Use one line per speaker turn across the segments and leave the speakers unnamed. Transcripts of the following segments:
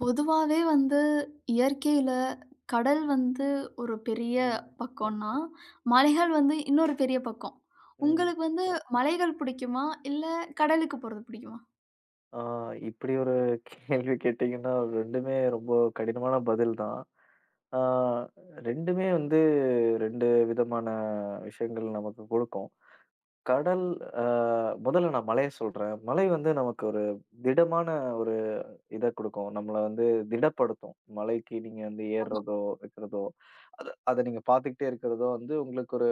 பொதுவாவே வந்து இயற்கையில கடல் வந்து ஒரு பெரிய
ம்,
பக்கம்னா, மலைகள் வந்து இன்னொரு பெரிய பக்கம்.
ம்.
உங்களுக்கு வந்து ஆமா. மலைகள் புடிக்குமா? இல்ல கடலுக்கு போறது புடிக்குமா?
ஆ இப்படி ஒரு கேள்வி கேட்டீங்கன்னா, 2மே ரொம்ப கடினமான பதில் தான். ஆ 2மே வந்து 2 விதமான விஷயங்கள் நமக்கு கொடுக்கும். கடல் அ முதல்ல நான் மலைய சொல்றேன். மலை வந்து நமக்கு ஒரு திடமான ஒரு இத கொடுக்கும். நம்மள வந்து திடப்படுத்தும். மலைக்கு நீங்க வந்து
ஆமா,
ஏறுறதோ, வைக்கிறதோ, அத அத நீங்க பார்த்துக்கிட்டே இருக்கிறதோ வந்து உங்களுக்கு ஒரு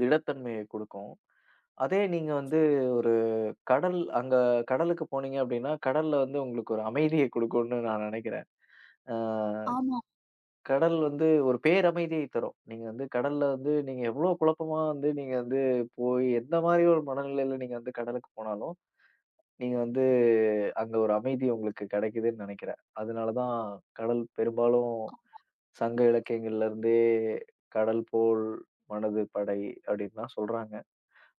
திடத்தன்மைய கொடுக்கும். அதே நீங்க வந்து கடல் அங்க கடலுக்கு போனீங்க அப்டின்னா, கடல்ல வந்து உங்களுக்கு ஒரு அமைதிய குடுக்கும்னு நான் நெனைக்கிறேன். அ
ஆமா.
கடல் வந்து ஒரு பேரமைதியை தரும். நீங்க வந்து கடல்ல வந்து நீங்க எவ்ளோ குழப்பமா வந்து நீங்க வந்து போய் எந்த மாரி ஒரு மனநிலையில நீங்க வந்து கடலுக்கு போனாலும், நீங்க வந்து அங்க ஒரு அமைதி உங்களுக்கு கெடைக்குதுன்னு நெனைக்கிறேன். அதனால தான் கடல் பெரும்பாலும் சங்க இலக்கியங்கள்ல இருந்தே கடல் போல் மனது படை அப்டின்லாம் சொல்றாங்க.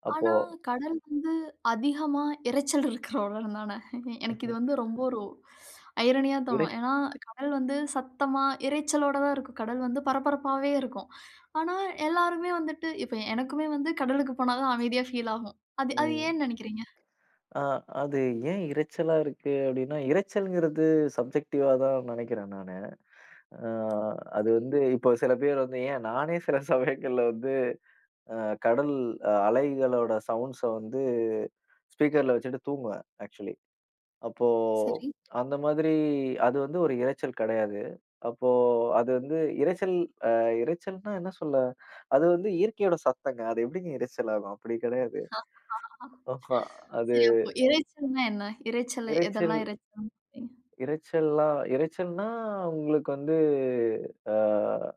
அப்போ
ஆனா கடல் வந்து அதிகமா இரைச்சல் இருக்கிற ஒரு இடம் தானே. எனக்கு இது வந்து ரொம்ப ஒரு ஐரனியா
இறை
தோணும். ஏன்னா கடல் வந்து சத்தமா, இரைச்சலோட தான் இருக்கும். கடல் வந்து பரபரப்பாவே இருக்கும். ஆனா எல்லாருமே வந்துட்டு இப்ப எனக்குமே வந்து கடலுக்கு போனா தான் அமைதியா ஃபீல் ஆகும். அது அது
ம்.
ஏன்னு நெனைக்கிறீங்க?
ஆ அது ஏன் இரைச்சலா இருக்கு அப்டின்னா, இரைச்சல்ங்கிறது சப்ஜெக்டிவா தான் நெனைக்கிறேன் நானு. ஆ அது
சரி,
வந்து இப்போ சில பேர் வந்து ஏன் நானே சில சமயங்கள்ல வந்து அ கடல் அலைகளோட சவுண்ட்ஸ வந்து ஸ்பீக்கர்ல வச்சுட்டு தூங்குவேன் ஆக்சுவலி. அப்போ
சரி.
அந்த மாதிரி அது வந்து ஒரு இரைச்சல் கெடையாது. அப்போ அது வந்து இரைச்சல் அ இரைச்சல்னா என்ன சொல்ல? அது வந்து இயற்கையோட சத்தங்க. அது எப்டிங்க இரைச்சல் ஆகும்? அப்டி கெடையாது.
ஆ
ஆஹா. அது
சரி அப்போ இரைச்சல்னா என்ன? இரைச்சல்
இரைச்சல்
எதெல்லாம் இரைச்சல்னு சொல்றீங்க?
இரைச்சல்லாம் இரைச்சல்னா உங்களுக்கு வந்து அ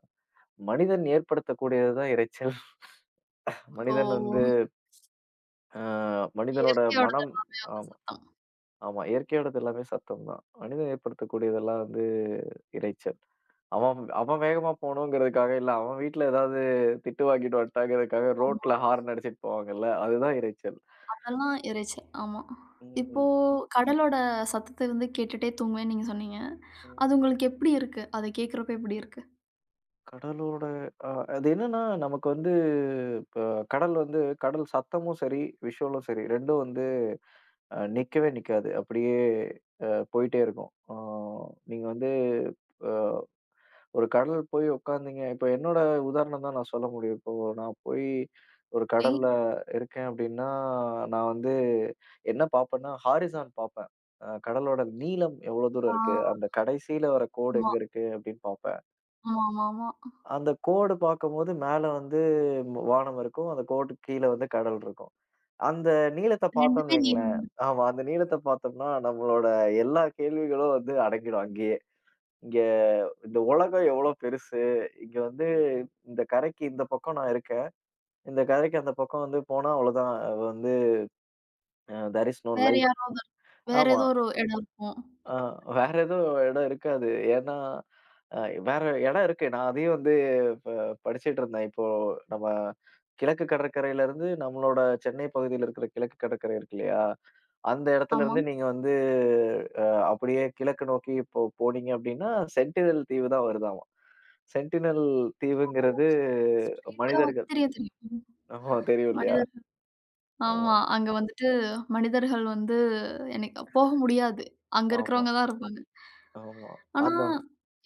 மனிதன் ஏற்படுத்தக்கூடியது தான் இரைச்சல்.
ஓ!
மனிதன் வந்து அ மனிதனோட
இயற்கையோட
மனம்
அந்த
ஆமா,
சத்தம்.
ஆமா. இயற்கையோடது எல்லாமே சத்தம் தான். மனிதன் ஏற்படுத்தக்கூடியதெல்லாம் வந்து இரைச்சல். அவன் அவன் வேகமா போணுங்கிறதுக்காக, இல்ல அவன் வீட்ல ஏதாவது திட்டு வாங்கிட்டு வந்துட்டாங்கிறதுக்காக
ஆமா,
ரோட்ல ஹார்ன் அடிச்சுட்டு போவாங்கல்ல, அதுதான் இரைச்சல்.
அதெல்லாம் இரைச்சல். ஆமா. இப்போ
ம்.
கடலோட சத்தத்த வந்து கேட்டுட்டே தூங்குவேன்னு நீங்க சொன்னீங்க.
ம்.
அது உங்களுக்கு எப்படி இருக்கு? அத கேட்கிறப்ப எப்படி இருக்கு?
கடலோட அ அது என்னன்னா, நமக்கு வந்து இப்ப கடல் வந்து கடல் சத்தமும் சரி, விஷுவலும் சரி 2ம் வந்து நிக்கவே நிக்காது. அப்படியே அ போயிட்டே இருக்கும். நீங்க வந்து அ ஒரு கடல் போய் உட்காந்தீங்க இப்ப என்னோட உதாரணம் தான் நான் சொல்ல முடியும். இப்போ நான் போய் ஒரு
சரி.
கடல்ல இருக்கேன் அப்படின்னா, நான் வந்து என்ன பார்ப்பேன்னா, ஹாரிசான் பார்ப்பேன். கடலோட நீளம் எவ்வளோ தூரம்
ஆ
இருக்கு? அந்த கடைசியில வர கோடு
ஆமா,
எங்க இருக்கு அப்படின்னு பார்ப்பேன்.
ஆமாமாமா.
அந்த கோடு பார்க்கும்போது மேல வந்து வானம் இருக்கும். அந்த கோட்டுக்கு கீழ வந்து கடல் இருக்கும். அந்த நீளத்த
2மே
பார்த்தோம்ன்னு வைங்களேன்.
நீளம்.
ஆமா. அந்த நீளத்த பார்த்தோம்னா, நம்மளோட எல்லா கேள்விகளும் வந்து அடங்கிடும் அங்கேயே. இங்க இந்த உலகம் எவ்வளோ பெருசு? இங்க வந்து இந்த கரைக்கு இந்த பக்கம் நான் இருக்கேன். இந்த கரைக்கு அந்த பக்கம் வந்து போனா அவ்வளோதான். வந்து தேர் இஸ் நோ
வேற
லைஃப்.
யாராவது வேற
ஆமா.
ஏதோ ஒரு இடம் இருக்கும்.
ஆ வேற ஏதோ இடம் இருக்காது. ஏன்னா, அ வேற இடம் இருக்கு. நான் அதையும் வந்து ப படிச்சுட்டு இருந்தேன். இப்போ நம்ம கிழக்கு கடற்கரையிலருந்து நம்மளோட சென்னை பகுதியில இருக்கிற கிழக்கு கடற்கரை இருக்கு இல்லையா? அந்த
ஆமா.
இடத்துலருந்து நீங்க வந்து அ அப்படியே கிழக்கு நோக்கி இப்போ போனீங்க அப்படின்னா, சென்டினல் தீவு தான் வருதாமா. சென்டினல் தீவுங்கிறது
ஸ்ட்ரெய்ட்டா வந்து
மனிதர்கள்
தெரியும், தெரியும்.
ஆமா தெரியும் இல்லையா?
மனிதர் ஆமா.
ஆமா,
அங்க வந்துட்டு மனிதர்கள் வந்து எனக்கு போக முடியாது. அங்க
ஆமா,
இருக்கிறவங்க தான் இருப்பாங்க.
ஆமா.
ஆனா,
அதான்.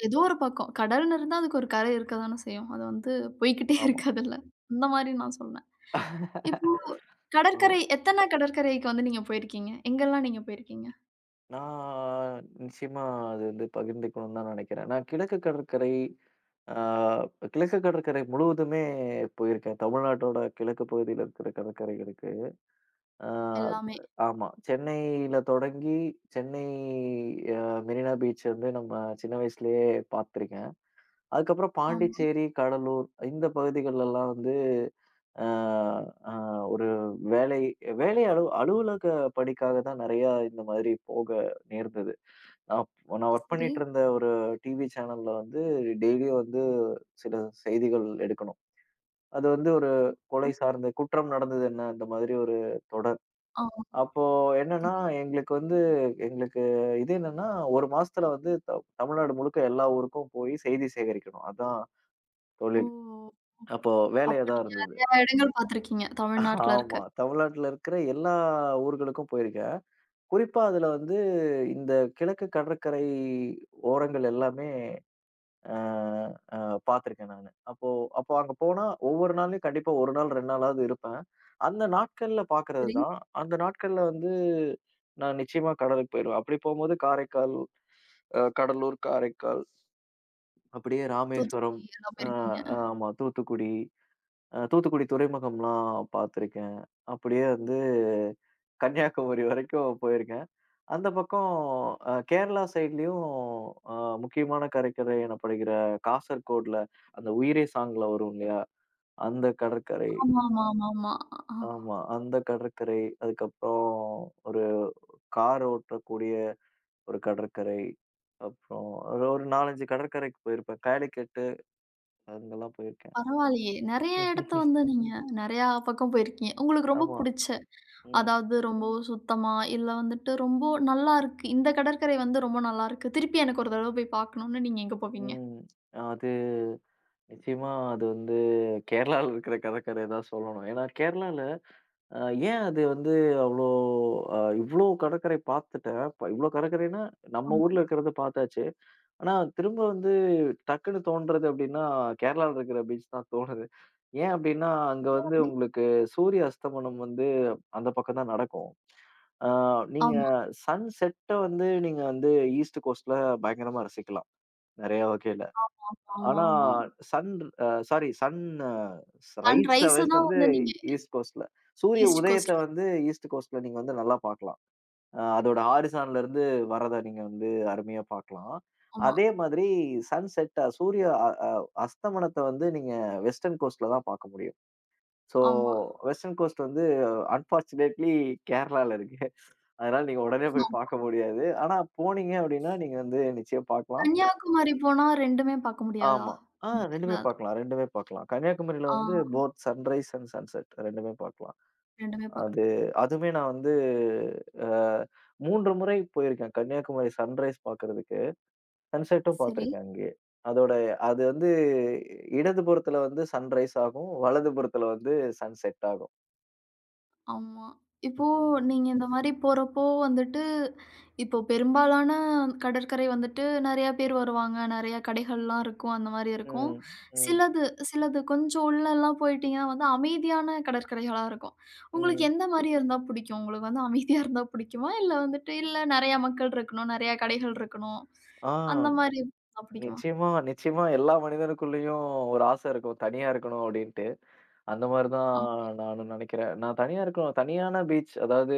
ஏதோ ஒரு பக்கம் கடல்ன்னு இருந்தா அதுக்கு ஒரு கரை இருக்க தானே செய்யும். அது வந்து போய்க்கிட்டே
ஆமா,
இருக்காதுல்ல. அந்த மாரி நான் சொன்னேன். இப்போ
ஆமா.
கடற்கரை எத்தன கடற்கரைக்கு வந்து நீங்க போயிருக்கீங்க? எங்கெல்லாம் நீங்க போயிருக்கீங்க?
நான் நிச்சயமா அது வந்து பகிர்ந்துக்கணும்னு தான் நினைக்கிறேன். நான் கிழக்கு கடற்கரை ஆ கிழக்கு கடற்கரை முழுவதுமே போயிருக்கேன். தமிழ்நாட்டோட கிழக்கு பகுதியில இருக்கிற கடற்கரைகளுக்கு. ஆ
எல்லாமே.
ஆமா. சென்னையில தொடங்கி சென்னை அ மெரினா பீச் வந்து நம்ம சின்ன வயசுலயே பார்த்துருக்கேன். அதுக்கப்புறம்
ஆமா.
பாண்டிச்சேரி, கடலூர் இந்த பகுதிகள்லாம் வந்து ஆ ஆ ஒரு வேலை வேலை அலு அலுவலக பணிக்காக தான் நெறையா இந்த மாதிரி போக நேர்ந்தது. அப் நான் ஒர்க்
சரி.
பண்ணிட்டு இருந்த ஒரு டிவி சேனல்ல வந்து டெய்லியும் வந்து சில செய்திகள் எடுக்கணும். அது வந்து ஒரு
ம்.
கொலை சார்ந்த குற்றம் நடந்தது என்ன? இந்த மாதிரி ஒரு தொடர்.
ஆமா.
அப்போ
சரி.
என்னன்னா, எங்களுக்கு வந்து எங்களுக்கு இது என்னன்னா, 1 மாசத்துல வந்து தமிழ்நாடு முழுக்க எல்லா ஊருக்கும் போய் செய்தி சேகரிக்கணும். அதான்
ஓ!
தொழில். அப்போ
அப்ப
வேலையா தான்
நீங்க
இருந்தது.
நெறையா இடங்கள் பார்த்துருக்கீங்க. தமிழ்நாட்ல
ஆமா.
இருக்க.
தமிழ்நாட்டுல இருக்கிற எல்லா ஊர்களுக்கும் போயிருக்கேன். குறிப்பா அதுல வந்து இந்த கிழக்கு கடற்கரை ஓரங்கள் எல்லாமே அ அ பார்த்துருக்கேன் நானு. அப்போ அப்போ அங்க போனா ஒவ்வொரு நாள்லயும் கண்டிப்பா 1 நாள் 2 நாளாவது இருப்பேன். அந்த நாட்கள்ல பார்க்கறது
சரி.
தான். அந்த நாட்கள்ல வந்து நான் நிச்சயமா கடலுக்கு போயிருவேன். அப்படி போம்போது காரைக்கால், கடலூர், காரைக்கால், அப்படியே ராமேஸ்வரம்,
தூத்துக்குடி எல்லாம்
அ
போயிருக்கீங்க.
ஆமா தூத்துக்குடி, தூத்துக்குடி துறைமுகம்லாம் பார்த்துருக்கேன். அப்படியே வந்து கன்னியாகுமரி வரைக்கும் போயிருக்கேன். அந்த பக்கம் கேரளா சைட்லயும் அ முக்கியமான கடற்கரை எனப்படுகிற காசர்கோட்ல, அந்த "உயிரே" சாங்ல வரும் இல்லையா? அந்த கடற்கரை.
ஆமாமாமாமா. ஆ.
ஆமா. அந்த கடற்கரை. அதுக்கப்புறம் ஒரு கார் ஓட்டக்கூடிய ஒரு கடற்கரை. அப்புறம் ஒரு ஒரு 4, 5 கடற்கரைக்கு போயிருப்பேன். காலிக்கட்டு அங்கெல்லாம் போயிருக்கேன்.
பரவாயில்லையே! நெறைய இடத்த
ம்ஹ்ம்.
வந்து நீங்க நெறையா பக்கம் போயிருக்கீங்க. உங்களுக்கு ரொம்ப
ஆமா.
புடிச்ச,
ம்.
அதாவது ரொம்ப சுத்தமா, இல்ல வந்துட்டு ரொம்ப நல்லாருக்கு. இந்த கடற்கரை வந்து ரொம்ப நல்லாருக்கு. திருப்பி எனக்கு ஒரு தடவ போய் பார்க்கணும்னு நீங்க எங்க போவீங்க?
ம். அது நிச்சயமா அது வந்து கேரளால இருக்கிற கடற்கரை தான் சொல்லணும். ஏன்னா கேரளால அ ஏன் அது வந்து அவ்ளோ இவ்ளோ கடற்கரை பார்த்துட்டேன். இவ்ளோ கடற்கரைன்னா, நம்ம
ஆமா.
ஊர்ல இருக்கிறத பார்த்தாச்சு. ஆனா, திரும்ப வந்து டக்குன்னு தோன்றது அப்டின்னா, கேரளால இருக்கிற பீச் தான் தோணுது. ஏன் அப்டின்னா, அங்க
ஏன்
வந்து
அப்படி?
உங்களுக்கு சூரிய அஸ்தமனம் வந்து அந்த பக்கம் தான் நடக்கும். அ நீங்க
ஆமா,
சன்செட்ட வந்து நீங்க வந்து ஈஸ்ட் கோஸ்ட்ல பயங்கரமா ரசிக்கலாம். நெறைய வகையில.
ஆமா,
ஆனா,
ஆமா.
Sun uh sorry sunrise
sunrise
hours
தான்
வந்து
வந்து நீங்க
ஈஸ்ட் கோஸ்ட்ல. சூரிய
ஈஸ்ட்
உதயத்த
கோஸ்ட்ல
வந்து ஈஸ்ட் கோஸ்ட்ல நீங்க வந்து நல்லா பார்க்கலாம். அதோட ஹாரிசான்ல இருந்து வர்றத நீங்க வந்து அருமையா பார்க்கலாம்.
ஆமா,
அதே மாதிரி சன்செட் சூரிய அ அ அஸ்தமனத்த வந்து நீங்க வெஸ்டர்ன் கோஸ்ட்ல தான் பார்க்க முடியும். ஸோ
ஆமா.
வெஸ்டர்ன் கோஸ்ட் வந்து அன்பார்ச்சுனேட்லி கேரளால இருக்கு. அதனால நீங்க உடனே போய்
ஆமா.
பார்க்க முடியாது. ஆனா போனீங்க அப்படின்னா, நீங்க வந்து நிச்சயம் பார்க்கலாம்.
கன்னியாகுமரி போனா 2மே பார்க்க முடியாதா?
ஆமா.
எனக்கு தெரில
2மே
அதான்.
பார்க்கலாம் 2மே பார்க்கலாம். கன்னியாகுமரியில
ஆ
வந்து போத் சன்ரைஸ் அண்ட் சன்செட் 2மே பார்க்கலாம்.
2மே பார்க்க
அது அதுமே நான் வந்து அ 3 முறை போயிருக்கேன். கன்னியாகுமரி சன்ரைஸ் பார்க்கறதுக்கு. சன்செட்டும்
சரி.
பார்த்துருக்கேன் அங்கேயே. அதோட அது வந்து இடதுபுறத்துல வந்து சன்ரைஸ் ஆகும். வலதுபுறத்துல வந்து சன்செட் ஆகும்.
ஆமா. இப்போ
ம்.
நீங்க இந்த மாரி போறப்போ வந்துட்டு, இப்போ பெரும்பாலான கடற்கரை வந்துட்டு நெறையா பேர் வருவாங்க. நெறையா கடைகள்லாம் இருக்கும். அந்த மாரி இருக்கும்.
ம். ம்.
சிலது சிலது கொஞ்சம் உள்ளலாம் போயிட்டீங்கன்னா வந்து அமைதியான கடற்கரைகளா இருக்கும். உங்களுக்கு
ம்.
எந்த மாரி இருந்தா பிடிக்கும்? உங்களுக்கு வந்து அமைதியா இருந்தா பிடிக்குமா? இல்ல வந்துட்டு இல்ல நெறையா மக்கள் இருக்கணும், நெறையா கடைகள் இருக்கணும்.
ஆ
அந்த மாரி இருந்தா பிடிக்குமா?
நிச்சயமா, நிச்சயமா எல்லா மனிதனுக்குள்ளயும் ஒரு ஆசை இருக்கும். தனியா இருக்கணும் அப்டின்ட்டு. அந்த மாரி தான்
ஆ
நானும் நெனைக்கிறேன். நான் தனியா இருக்கணும். தனியான பீச் அதாவது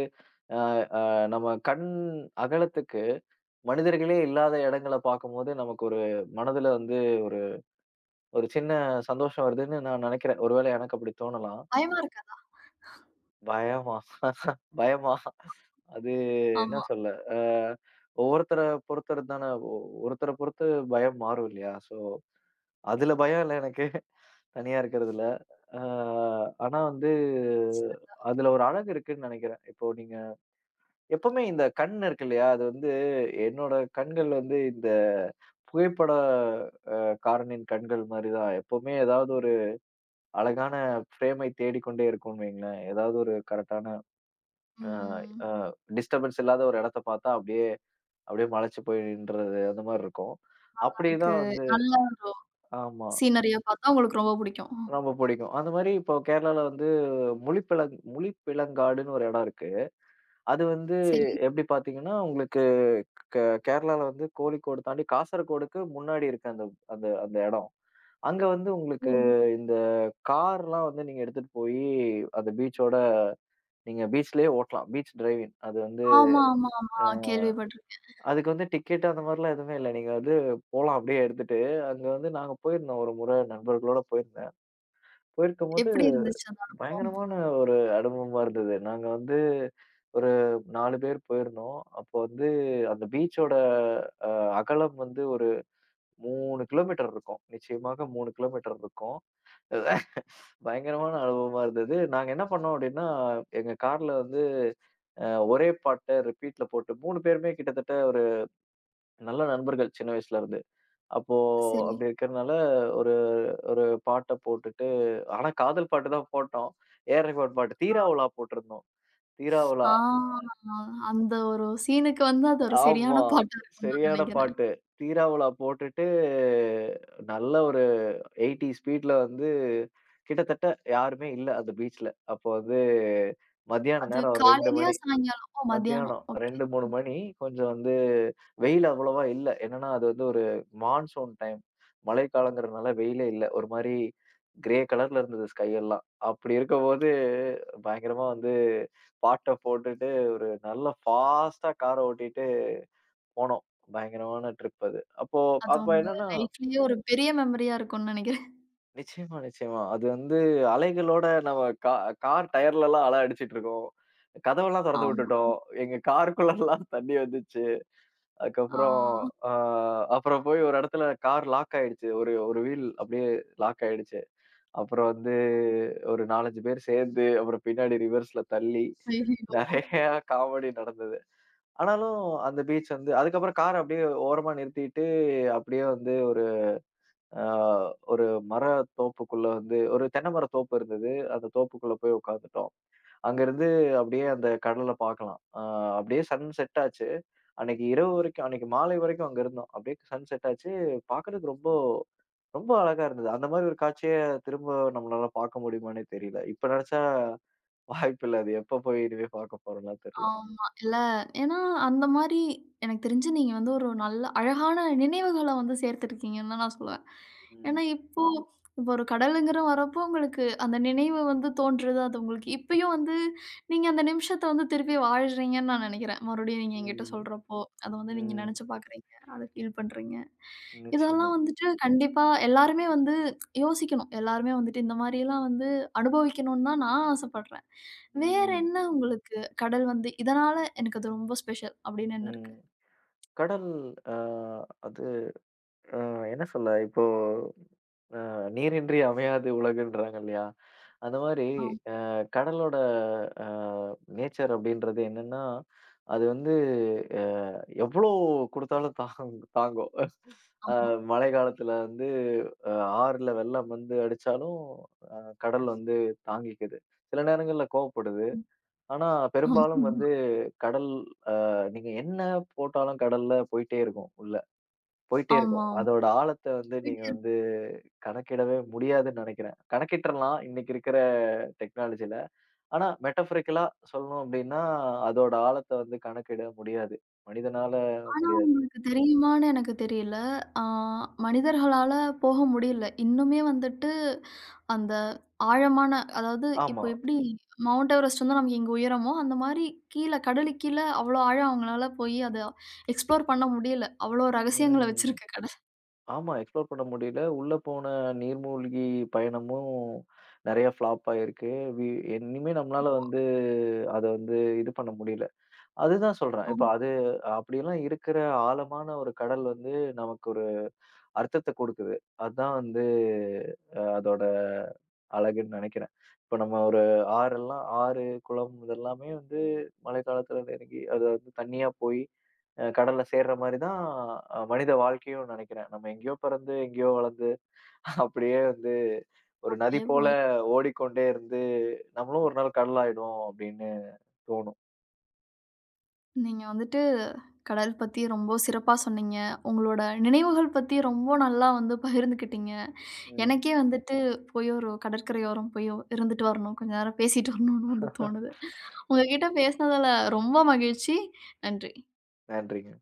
அ அ நம்ம கண் அகலத்துக்கு மனிதர்களே இல்லாத இடங்கள பார்க்கும்போது, நமக்கு ஒரு மனதுல வந்து ஒரு ஒரு சின்ன சந்தோஷம் வருதுன்னு நான் நெனைக்கிறேன். ஒருவேளை எனக்கு அப்படி தோணலாம்.
பயமா இருக்காது.
பயமா? பயமா? அது என்ன
ஆமா.
சொல்ல? அ ஒவ்வொருத்தர பொறுத்தது தானே. ஒருத்தர பொறுத்து பயம் மாறும் இல்லையா? ஸோ அதுல பயம் இல்ல எனக்கு தனியா இருக்கிறதுல. அ ஆனா வந்து அதுல ஒரு அழகு இருக்குன்னு நெனைக்கிறேன். இப்போ நீங்க எப்பவுமே இந்த கண் இருக்கு இல்லையா? அது வந்து என்னோட கண்கள் வந்து இந்த புகைப்பட காரனின் கண்கள் மாரி தான். எப்பவுமே ஏதாவது ஒரு அழகான ஃப்ரேமை தேடிக்கொண்டே இருக்கும்னு வைங்களேன். ஏதாவது ஒரு கரெக்ட்டான அ
ம்.
அ டிஸ்டர்பன்ஸ் இல்லாத ஒரு இடத்த பார்த்தா அப்படியே அப்படியே மலைச்சு போய் நின்றது அந்த மாரி இருக்கும்.
இருக்கு.
அப்படிதான் வந்து
நல்ல ஒரு
ஆமா.
சீனரியா பார்த்தா உங்களுக்கு ரொம்ப பிடிக்கும்.
ரொம்ப பிடிக்கும். அந்த மாரி இப்போ கேரளால வந்து முளிப்பிளங்காடுன்னு ஒரு இடம் இருக்கு. அது வந்து
சரி.
எப்படி பார்த்தீங்கன்னா, உங்களுக்கு கே கேரளால வந்து கோழிக்கோடு தாண்டி காசர்கோடுக்கு முன்னாடி இருக்க அந்த அந்த அந்த இடம். அங்க வந்து உங்களுக்கு
ம்.
இந்த கார்லாம் வந்து நீங்க எடுத்துட்டு போயி அந்த பீச்சோட நீங்க பீச்லயே ஓட்டலாம். Beach driving. அது வந்து
ஆமா, ஆமா, ஆமா.
அ
கேள்விப்பட்டுருக்கேன்.
அதுக்கு வந்து டிக்கெட் அந்த மாரிலாம் எதுவுமே இல்ல. நீங்க வந்து போலாம் அப்படியே எடுத்துட்டு. அங்க வந்து நாங்க போயிருந்தோம் ஒரு முறை நண்பர்களோட போயிருந்தேன். போயிருக்கும்போது
எப்படி இருந்துச்சு அந்த அனுபவம்?
பயங்கரமான ஒரு அனுபவமா இருந்தது. நாங்க வந்து ஒரு 4 பேர் போயிருந்தோம். அப்போ வந்து அந்த பீச்சோட அ அகலம் வந்து ஒரு 3 கிலோமீட்டர் இருக்கும். நிச்சயமாக 3 கிலோமீட்டர் இருக்கும். பயங்கரமான அனுபவமா இருந்தது. நாங்க என்ன பண்ணோம் அப்டின்னா, எங்க கார்ல வந்து அ ஒரே பாட்ட ரிப்பீட்ல போட்டு 3 பேருமே கிட்டத்தட்ட ஒரு நல்ல நண்பர்கள் சின்ன வயசுல இருந்து. அப்போ
சரி.
அப்டி இருக்கறனால ஒரு ஒரு பாட்ட போட்டுட்டு ஆனா காதல் பாட்டு தான் போட்டோம். ஏஆர் ரகுமான் பாட்டு. தீராவுலா போட்டிருந்தோம். தீராவுலா
ஆ அந்த ஒரு சீனுக்கு வந்து அது ஒரு
ஆமா.
சரியான பாட்டா இருக்கும்னு நான்
சரியான
நெனைக்கிறேன்.
பாட்டு. தீராவுலா போட்டுட்டு நல்ல ஒரு 80 ஸ்பீட்ல வந்து கிட்டத்தட்ட யாருமே இல்ல அந்த பீச்ல. அப்போ வந்து மத்தியான
அது
நேரம் ஒரு 2
காலையிலயா?
மணி.
சாயங்காலம்? ஓ! மதியானம்.
மத்தியானம்
ஓகே.
2, 3 மணி. கொஞ்சம் வந்து வெயில் அவ்வளவா இல்ல. என்னன்னா, அது வந்து ஒரு மான்சூன் டைம். மழைக்காலங்கிறதுனால வெயிலே இல்ல. ஒரு மாரி கிரே கலர்ல இருந்தது ஸ்கை எல்லாம். அப்படி இருக்கும்போது பயங்கரமா வந்து பாட்ட போட்டுட்டு ஒரு நல்ல ஃபாஸ்ட்டா கார ஓட்டிட்டு போனோம். பயங்கரமான ட்ரிப் அது. அப்போ
அது
அப்ப
உங்க
என்னன்னா
லைஃப்லயே ஒரு பெரிய மெமரியா இருக்கும்னு நெனைக்கிறேன்.
நிச்சயமா, நிச்சயமா. அது வந்து அலைகளோட நம்ம கா கார் டயர்லலாம் அலை அடிச்சிட்டு இருக்கோம். கதவெல்லாம் தொறந்து
ஆமா.
விட்டுட்டோம். எங்க காருக்குள்ளலாம் தண்ணி வந்துச்சு. அதுக்கப்புறம்
ஆ.
அ அப்புறம் போய் ஒரு இடத்துல கார் லாக் ஆயிடுச்சு. ஒரு ஒரு வீல் அப்படியே லாக் ஆயிடுச்சு. அப்புறம் வந்து ஒரு 4, 5 பேர் சேர்ந்து அப்புறம் பின்னாடி ரிவர்ஸ்ல தள்ளி
ஐயய்யோ!
நெறைய காமெடி நடந்தது. ஆனாலும் அந்த பீச் வந்து அதுக்கப்புறம் கார அப்படியே ஓரமா நிறுத்திட்டு அப்படியே வந்து ஒரு ஆ ஒரு மர தோப்புக்குள்ள வந்து ஒரு தென்னை மர தோப்பு இருந்தது. அந்த தோப்புக்குள்ள போய் உட்கார்ந்துட்டோம். அங்கருந்து அப்படியே அந்த கடல பார்க்கலாம். அப்படியே சன் செட் ஆச்சு. அன்னைக்கு இரவு வரைக்கும் அன்னைக்கு மாலை வரைக்கும் அங்க இருந்தோம். அப்படியே சன் செட் ஆச்சு. பார்க்கறதுக்கு ரொம்ப ரொம்ப அழகா இருந்தது. அந்த மாரி ஒரு காட்சிய திரும்ப நம்மளால பார்க்க முடியுமான்னே தெரியல. இப்ப நெனச்சா வாய்ப்பில்ல. அது எப்ப போய் இனிமே பார்க்க போறோம்லாம் தெரியல.
ஆமா. இல்ல ஏன்னா, அந்த மாரி எனக்கு தெரிஞ்சு நீங்க வந்து ஒரு நல்ல அழகான நினைவுகள வந்து சேர்த்திருக்கீங்கன்னு தான் நான் சொல்லுவேன். ஏன்னா,
ம்.
இப்போ இப்போ ஒரு கடலுங்கிற வரப்போ உங்களுக்கு அந்த நினைவு வந்து தோன்றுது. அது உங்களுக்கு இப்பயும் வந்து நீங்க அந்த நிமிஷத்த வந்து திருப்பி வாழ்றீங்கன்னு நான் நெனைக்கிறேன். மறுபடியும் நீங்க என்கிட்ட
ம்.
சொல்றப்போ, அத வந்து நீங்க
ம்.
நெனச்சு பார்க்குறீங்க. அத ஃபீல் பண்றீங்க.
நிச்சயமா.
இதெல்லாம் வந்துட்டு கண்டிப்பா எல்லாருமே வந்து யோசிக்கணும். எல்லாருமே வந்துட்டு இந்த மாரிலாம் வந்து அனுபவிக்கணும்னு தான் நான் ஆசைப்படுறேன். வேற
ம்.
என்ன உங்களுக்கு கடல் வந்து இதனால எனக்கு அது ரொம்ப ஸ்பெஷல் அப்படின்னு என்ன இருக்கு?
ம். கடல் அ அது என்ன சொல்ல இப்போ நீரின்றி அமையாது உலகுன்றாங்க இல்லையா? அந்த மாரி
ஆமா,
அ கடலோட அ நேச்சர் அப்படின்றது என்னன்னா, அது வந்து அ எவ்வளோ குடுத்தாலும் தாங்கும். அ
ஆமா.
மழை காலத்துல வந்து அ ஆறுல வெள்ளம் வந்து அடிச்சாலும், அ கடல் வந்து தாங்கிக்குது. சில நேரங்கள்ல கோவப்படுது.
ம்.
ஆனா பெரும்பாலும்
ஆமா,
வந்து கடல் நீங்க என்ன போட்டாலும் கடல்ல போயிட்டே இருக்கும் உள்ள. போயிட்டே
ஆமா.
இருக்கும். அதோட ஆழத்த வந்து நீங்க
போயிட்டே இருக்கும்.
வந்து கணக்கிடவே முடியாதுன்னு நெனைக்கிறேன். கணக்கிட்டுறலாம் இன்னைக்கு இருக்கிற டெக்னாலஜில. ஆனா மெட்டஃபரிக்கலா சொல்லணும் அப்டின்னா, அதோட ஆழத்த வந்து கணக்கிட முடியாது. மனிதனால
ஆனா
முடியாது.
உங்களுக்கு தெரியுமான்னு எனக்கு தெரியல. ஆ மனிதர்களால போக முடியல. இன்னுமே வந்துட்டு அந்த ஆழமான அதாவது இப்போ
ஆமா.
எப்படி மவுண்ட் எவரெஸ்ட் வந்து நமக்கு இங்க உயரமோ, அந்த மாரி கீழ கடலுக்கு கீழ அவ்ளோ ஆழம் அவங்களால போயி அத எக்ஸ்ப்ளோர் பண்ண முடியல. அவ்ளோ ரகசியங்கள
ம்.
வச்சிருக்கு கடல்.
ஆமா. எக்ஸ்ப்ளோர் பண்ண முடியல. உள்ள போன நீர்மூழ்கி பயணமும் நெறைய ஃப்ளாப் ஆயிருக்கு. வி இனிமே நம்மளால வந்து அத வந்து இது பண்ண முடியல. அதுதான் சொல்றேன். இப்ப
ஆமா.
அது அப்படிலாம் இருக்கிற ஆழமான ஒரு கடல் வந்து நமக்கு அர்த்தத்த கொடுக்குது. அதான் வந்து அதோட அழகுன்னு நெனைக்கிறேன். இப்ப நம்ம ஒரு ஆறெல்லாம் ஆறு, குளம் இதெல்லாமே வந்து மழைக்காலத்துல நெருங்கி அது வந்து தண்ணியா போய் கடல்ல சேர்ற மாரி தான் மனித வாழ்க்கையும் நெனைக்கிறேன். நம்ம எங்கேயோ பிறந்து, எங்கேயோ வளர்ந்து அப்படியே வந்து ஒரு நதி
அப்படியே
போல
போய்
ஓடிக்கொண்டே இருந்து நம்மளும் ஒரு நாள் கடல் ஆயிடுவோம் அப்படின்னு தோணும்.
நீங்க வந்துட்டு கடல் பத்தி ரொம்ப சிறப்பா சொன்னீங்க. உங்களோட நினைவுகள் பத்தி ரொம்ப நல்லா வந்து பகிர்ந்துக்கிட்டீங்க.
ம்.
எனக்கே வந்துட்டு போய் ஒரு கடற்கரையோரம் போய் இருந்துட்டு வரணும். கொஞ்ச நேரம் பேசிட்டு வரணும்னு வந்து தோணுது. உங்ககிட்ட பேசினதுல ரொம்ப மகிழ்ச்சி. நன்றி.
நன்றிங்க.